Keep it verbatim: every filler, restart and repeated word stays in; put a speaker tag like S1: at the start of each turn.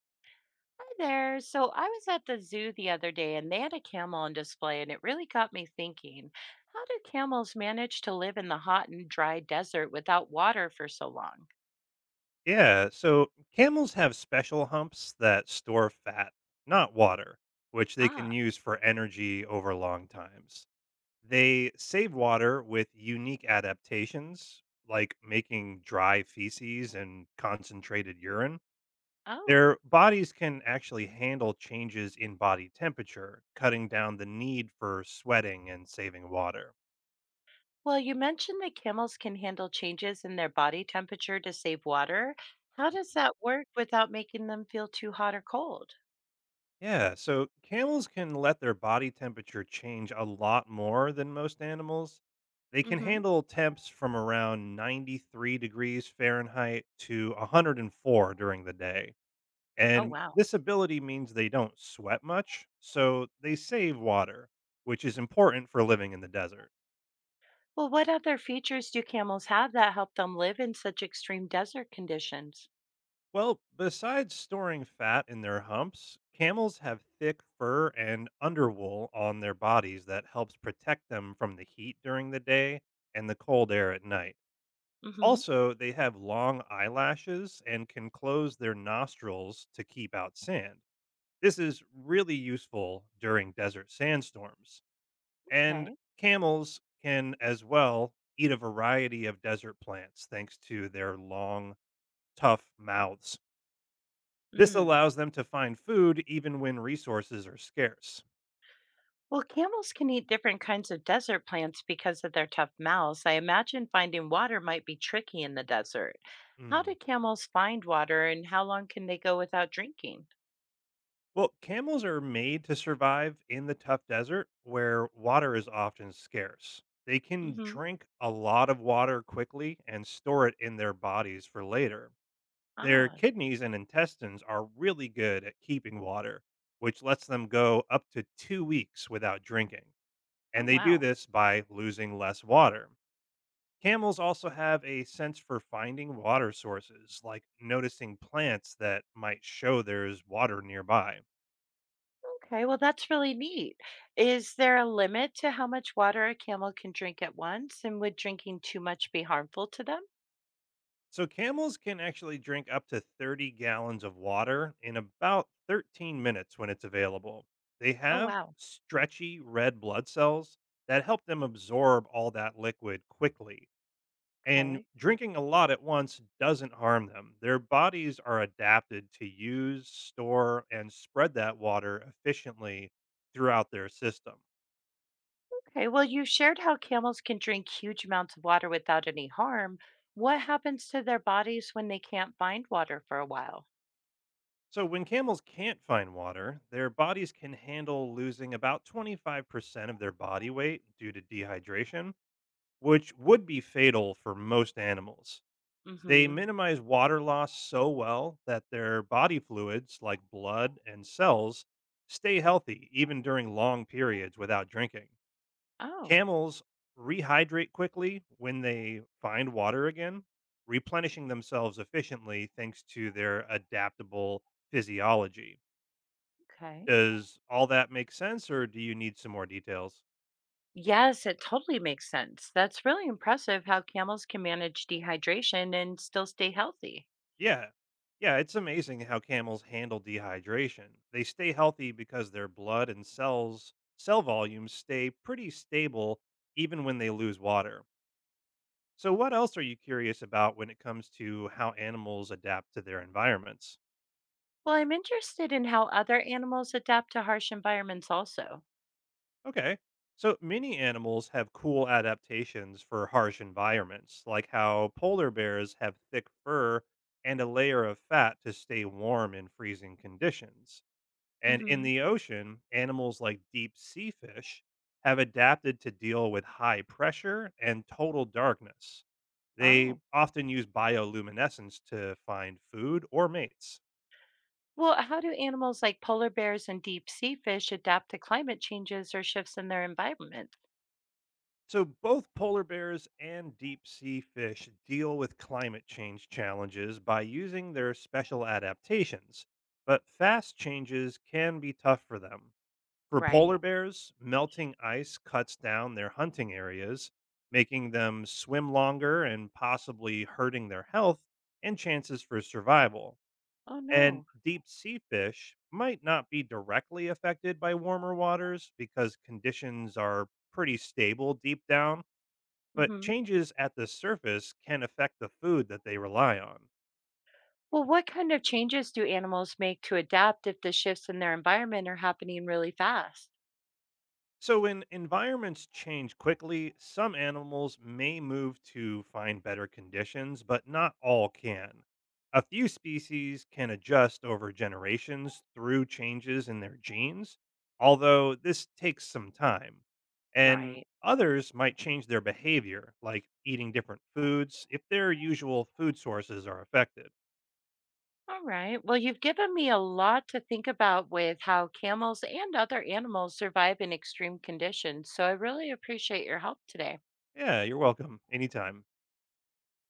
S1: Hi there. So I was at the zoo the other day and they had a camel on display, and it really got me thinking, how do camels manage to live in the hot and dry desert without water for so long?
S2: Yeah, so camels have special humps that store fat, not water, which they
S1: Ah.
S2: can use for energy over long times. They save water with unique adaptations, like making dry feces and concentrated urine.
S1: Oh.
S2: Their bodies can actually handle changes in body temperature, cutting down the need for sweating and saving water.
S1: Well, you mentioned that camels can handle changes in their body temperature to save water. How does that work without making them feel too hot or cold?
S2: Yeah, so camels can let their body temperature change a lot more than most animals. They can
S1: Mm-hmm.
S2: handle temps from around ninety-three degrees Fahrenheit to one hundred four during the day.
S1: Oh,
S2: And
S1: wow.
S2: this ability means they don't sweat much, so they save water, which is important for living in the desert.
S1: Well, what other features do camels have that help them live in such extreme desert conditions?
S2: Well, besides storing fat in their humps, camels have thick fur and underwool on their bodies that helps protect them from the heat during the day and the cold air at night.
S1: Mm-hmm.
S2: Also, they have long eyelashes and can close their nostrils to keep out sand. This is really useful during desert sandstorms. And
S1: Okay.
S2: camels can as well eat a variety of desert plants thanks to their long, tough mouths this
S1: Mm.
S2: allows them to find food even when resources are scarce.
S1: Well, camels can eat different kinds of desert plants because of their tough mouths. I imagine finding water might be tricky in the desert. How do
S2: Mm.
S1: camels find water and how long can they go without drinking?
S2: Well, camels are made to survive in the tough desert where water is often scarce. They can
S1: Hmm.
S2: drink a lot of water quickly and store it in their bodies for later. Their
S1: Ah,
S2: kidneys and intestines are really good at keeping water, which lets them go up to two weeks without drinking.
S1: oh,
S2: And they do
S1: wow.
S2: this by losing less water. Camels also have a sense for finding water sources, like noticing plants that might show there's water nearby.
S1: Okay, well, that's really neat. Is there a limit to how much water a camel can drink at once? And would drinking too much be harmful to them?
S2: So, camels can actually drink up to thirty gallons of water in about thirteen minutes when it's available. They
S1: Oh,
S2: have
S1: wow.
S2: stretchy red blood cells that help them absorb all that liquid quickly And
S1: Okay.
S2: drinking a lot at once doesn't harm them. Their bodies are adapted to use, store, and spread that water efficiently throughout their system.
S1: Okay, well, you shared how camels can drink huge amounts of water without any harm. What happens to their bodies when they can't find water for a while?
S2: So, when camels can't find water, their bodies can handle losing about twenty-five percent of their body weight due to dehydration, which would be fatal for most animals. They
S1: Mm-hmm.
S2: minimize water loss so well that their body fluids, like blood and cells, stay healthy even during long periods without drinking.
S1: Oh,
S2: Camels rehydrate quickly when they find water again, replenishing themselves efficiently thanks to their adaptable physiology.
S1: okay.
S2: Does all that make sense, or do you need some more details?
S1: Yes, it totally makes sense. That's really impressive how camels can manage dehydration and still stay healthy.
S2: Yeah. Yeah, it's amazing how camels handle dehydration. They stay healthy because their blood and cells cell volumes stay pretty stable even when they lose water. So what else are you curious about when it comes to how animals adapt to their environments?
S1: Well, I'm interested in how other animals adapt to harsh environments also.
S2: Okay. So many animals have cool adaptations for harsh environments, like how polar bears have thick fur and a layer of fat to stay warm in freezing conditions. And in
S1: Mm-hmm.
S2: the ocean, animals like deep sea fish have adapted to deal with high pressure and total darkness. They
S1: Oh.
S2: often use bioluminescence to find food or mates.
S1: Well, how do animals like polar bears and deep sea fish adapt to climate changes or shifts in their environment?
S2: So, both polar bears and deep sea fish deal with climate change challenges by using their special adaptations, but fast changes can be tough for them. For polar
S1: Right.
S2: bears, melting ice cuts down their hunting areas, making them swim longer and possibly hurting their health and chances for survival.
S1: Oh,
S2: And
S1: no.
S2: deep sea fish might not be directly affected by warmer waters because conditions are pretty stable deep down, but
S1: Mhm.
S2: changes at the surface can affect the food that they rely on.
S1: Well, what kind of changes do animals make to adapt if the shifts in their environment are happening really fast?
S2: So, when environments change quickly, some animals may move to find better conditions, but not all can. A few species can adjust over generations through changes in their genes, although this takes some time. And
S1: Right.
S2: others might change their behavior, like eating different foods, if their usual food sources are affected.
S1: All right. Well, you've given me a lot to think about with how camels and other animals survive in extreme conditions. So I really appreciate your help today.
S2: Yeah, you're welcome. Anytime.